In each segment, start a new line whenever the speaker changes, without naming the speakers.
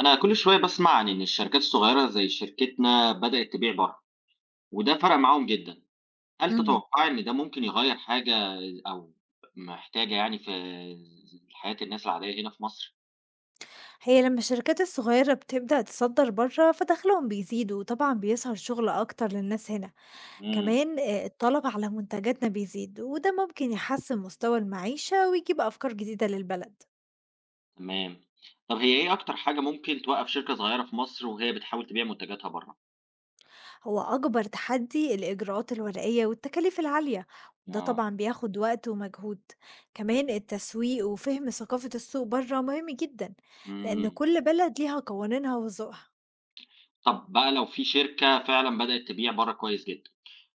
أنا كل شوية بسمع عن إن الشركات الصغيرة زي شركتنا بدأت تبيع بره وده فرق معاهم جدا، هل
اهم.
تتوقعي إن ده ممكن يغير حاجة أو محتاجة يعني في حياة الناس العادية هنا في مصر؟
هي لمّا الشركات الصغيرة بتبدأ تصدّر برّه، فدخلهم بيزيد وطبعًا بيظهر شغل أكتر للناس هنا،
إمم.
كمان الطلب على منتجاتنا بيزيد، وده ممكن يحسّن مستوى المعيشة ويجيب أفكار جديدة للبلد.
تمام. طب هي إيه أكتر حاجة ممكن توقف شركة صغيرة في مصر وهي بتحاول تبيع منتجاتها بره؟
هو أكبر تحدي الإجراءات الورقية والتكاليف العالية، وده
آه.
طبعًا بياخد وقت ومجهود. كمان التسويق وفهم ثقافة السوق برّه مهم جدًا، لإن
إمم.
كل بلد ليها قوانينها وذوقها.
طب بقى لو في شركة فعلًا بدأت تبيع بره كويس جدًا،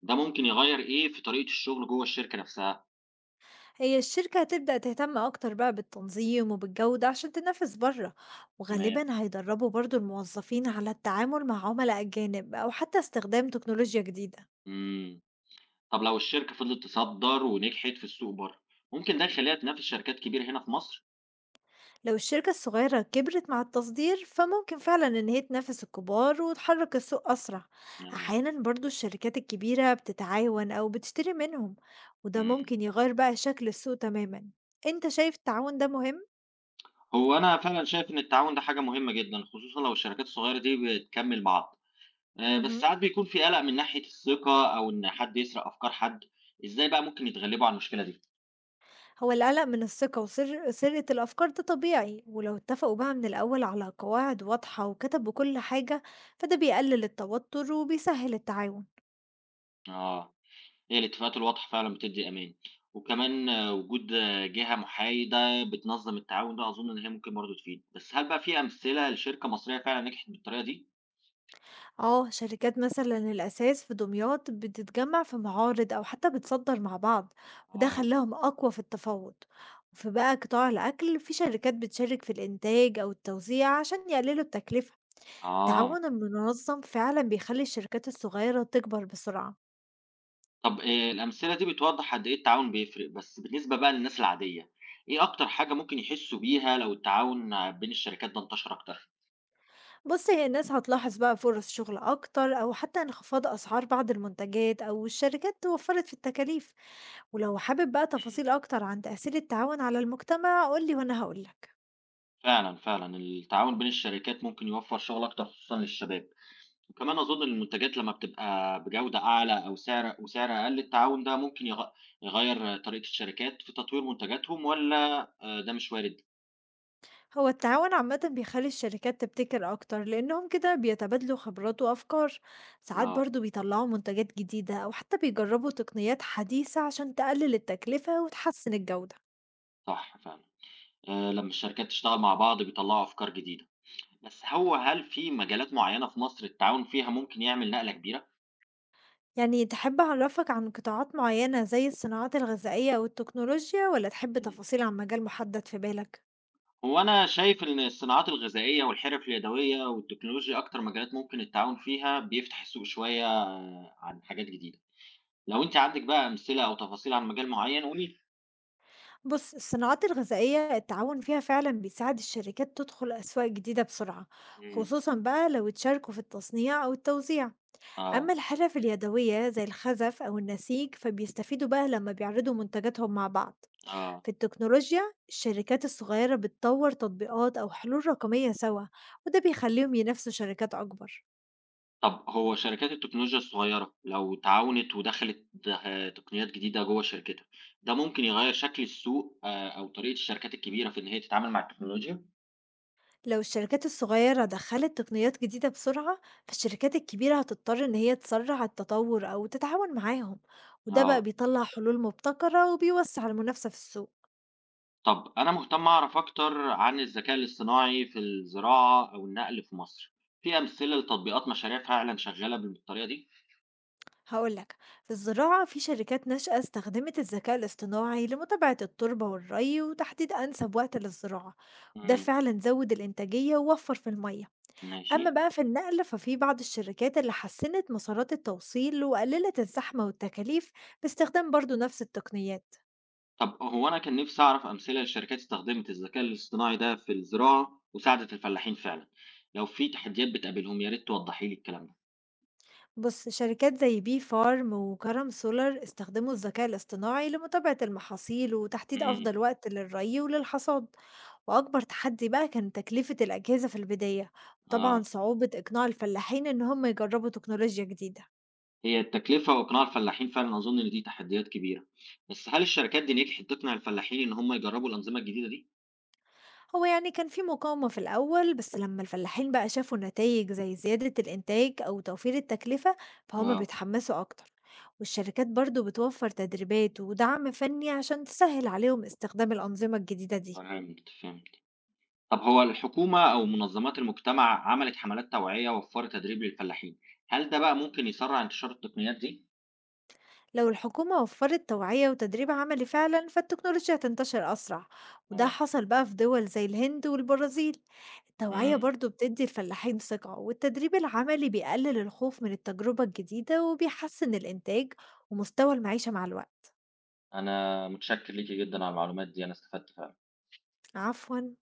ده ممكن يغير إيه في طريقة الشغل جوه الشركة نفسها؟
هي الشركة هتبدأ تهتم أكتر بقى بالتنظيم وبالجودة عشان تنافس بره،
تمام.
وغالبا هيدربوا برضو الموظفين على التعامل مع عملاء أجانب أو حتى استخدام تكنولوجيا جديدة.
إمم. طب لو الشركة فضلت تصدّر ونجحت في السوق برّه، ممكن ده يخلّيها تنافس شركات كبيرة هنا في مصر؟
لو الشركة الصغيرة كبرت مع التصدير فممكن فعلا إن هي تنافس الكبار وتحرك السوق أسرع.
آه.
أحيانا برضو الشركات الكبيرة بتتعاون أو بتشتري منهم، وده
إمم.
ممكن يغير بقى شكل السوق تماما. أنت شايف التعاون ده مهم؟
هو أنا فعلًا شايف إن التعاون ده حاجة مهمة جدًا، خصوصًا لو الشركات الصغيرة دي بتكمّل بعض، بس
مهم.
ساعات بيكون في قلق من ناحية الثقة أو إن حد يسرق أفكار حد، إزاي بقى ممكن يتغلّبوا على المشكلة دي؟
هو القلق من الثقة وسر سرقة الأفكار ده طبيعي، ولو اتفقوا بقى من الأول على قواعد واضحة وكتبوا كل حاجة فده بيقلل التوتر وبيسهل التعاون.
آه، هي الاتفاقات الواضحة فعلًا بتدّي أمان، وكمان وجود جهة محايدة بتنظّم التعاون ده أظن إن هي ممكن برضه تفيد، بس هل بقى في أمثلة لشركة مصرية فعلًا نجحت بالطريقة دي؟
اه شركات مثلا الأساس في دمياط بتتجمع في معارض أو حتى بتصدر مع بعض، وده
آه.
خلاهم أقوى في التفاوض. وفي بقى قطاع الأكل في شركات بتشارك في الإنتاج أو التوزيع عشان يقللوا التكلفة.
آه.
التعاون المنظم فعلا بيخلي الشركات الصغيرة تكبر بسرعة.
طب الأمثلة دي بتوضّح قد إيه التعاون بيفرق، بس بالنسبة بقى للناس العادية، إيه أكتر حاجة ممكن يحسّوا بيها لو التعاون بين الشركات ده انتشر أكتر؟
بص، هي الناس هتلاحظ بقى فرص شغل أكتر أو حتى انخفاض أسعار بعض المنتجات أو الشركات توفرت في التكاليف. ولو حابب بقى
إمم.
تفاصيل أكتر عن تأثير التعاون على المجتمع قولي وأنا هقولك.
فعلًا، فعلًا التعاون بين الشركات ممكن يوفّر شغل أكتر خصوصًا للشباب، وكمان أظن إن المنتجات لمّا بتبقى بجودة أعلى أو سعر أقل، التعاون ده ممكن يغيّر طريقة الشركات في تطوير منتجاتهم والّا ده مش وارد؟
هو التعاون عامة بيخلي الشركات تبتكر أكتر لأنهم كده بيتبادلوا خبرات وأفكار. ساعات
آه،
برضو بيطلعوا منتجات جديدة أو حتى بيجربوا تقنيات حديثة عشان تقلل التكلفة وتحسن الجودة.
صح فعلًا. لمّا الشركات تشتغل مع بعض بيطلّعوا أفكار جديدة. بس هو هل في مجالات معيّنة في مصر التعاون فيها ممكن يعمل نقلة كبيرة؟
يعني تحب أعرّفك عن قطاعات معيّنة زي الصناعات الغذائية أو التكنولوجيا والّا تحب
إمم.
تفاصيل عن مجال محدد في بالك؟
هو أنا شايف إن الصناعات الغذائية والحرف اليدوية والتكنولوجيا أكتر مجالات ممكن التعاون فيها بيفتح السوق شوية آه، عن حاجات جديدة. لو أنتِ عندِك بقى أمثلة أو تفاصيل عن مجال معيّن قولي لي.
بُص، الصناعات الغذائية التعاون فيها فعلًا بيساعد الشركات تدخل أسواق جديدة بسرعة،
إمم.
خصوصًا بقى لو اتشاركوا في التصنيع أو التوزيع. أما
آه.
الحرف اليدوية زي الخزف أو النسيج فبيستفيدوا بقى لمّا بيعرضوا منتجاتهم مع بعض.
آه.
في التكنولوجيا الشركات الصغيرة بتطوّر تطبيقات أو حلول رقمية سوا، وده بيخلّيهم ينافسوا شركات أكبر.
طب هو شركات التكنولوجيا الصغيرة لو تعاونت ودخلت ده تقنيات جديدة جوّه شركتها، ده ممكن يغيّر شكل السوق أو طريقة الشركات الكبيرة في إن هي تتعامل مع التكنولوجيا؟
لو الشركات الصغيرة دخلت تقنيات جديدة بسرعة فالشركات الكبيرة هتضطر إن هي تسرع التطور أو تتعاون معاهم، وده بقى
آه.
بيطلع حلول مبتكرة وبيوسع المنافسة في السوق.
طب أنا مهتم أعرف أكتر عن الذكاء الاصطناعي في الزراعة أو النقل في مصر، في أمثلة لتطبيقات مشاريع فعلا شغالة بالطريقة دي؟
هقولك، في الزراعة في شركات ناشئة استخدمت الذكاء الاصطناعي لمتابعة التربة والري وتحديد أنسب وقت للزراعة، وده
إمم.
فعلا زود الإنتاجية ووفر في المية.
ماشي.
أما بقى في النقل ففي بعض الشركات اللي حسنت مسارات التوصيل وقللت الزحمة والتكاليف باستخدام برضو نفس التقنيات.
طب هو أنا كان نفسي أعرف أمثلة لشركات استخدمت الذكاء الاصطناعي ده في الزراعة وساعدت الفلاحين فعلا، لو في تحديات بتقابلهم يا ريت توضحي لي الكلام ده.
بص، شركات زي بي فارم وكرم سولار استخدموا الذكاء الاصطناعي لمتابعة المحاصيل وتحديد
إمم،
أفضل وقت للري وللحصاد، وأكبر تحدي بقى كان تكلفة الأجهزة في البداية، وطبعا
آه،
صعوبة إقناع الفلاحين إن هم يجربوا تكنولوجيا جديدة.
هي التكلفة وإقناع الفلاحين فعلا أظن إن دي تحديات كبيرة، بس هل الشركات دي نجحت تقنع الفلاحين إن هم يجربوا الأنظمة الجديدة دي؟
هو يعني كان في مقاومة في الأول، بس لما الفلاحين بقى شافوا نتائج زي زيادة الإنتاج أو توفير التكلفة فهم
آه.
بيتحمسوا أكتر. والشركات برضو بتوفر تدريبات ودعم فني عشان تسهل عليهم استخدام الأنظمة الجديدة دي.
فهمت، فهمت. طب هو الحكومة أو منظمات المجتمع عملت حملات توعية ووفرت تدريب للفلاحين، هل ده بقى ممكن يسرع انتشار التقنيات دي؟
لو الحكومة وفرت توعية وتدريب عملي فعلا فالتكنولوجيا هتنتشر أسرع، وده
اه.
حصل بقى في دول زي الهند والبرازيل. التوعية
امم.
برضو بتدي الفلاحين ثقة والتدريب العملي بيقلل الخوف من التجربة الجديدة وبيحسن الإنتاج ومستوى المعيشة مع الوقت.
انا متشكر ليكي جدا على المعلومات دي انا استفدت فعلا
عفوا.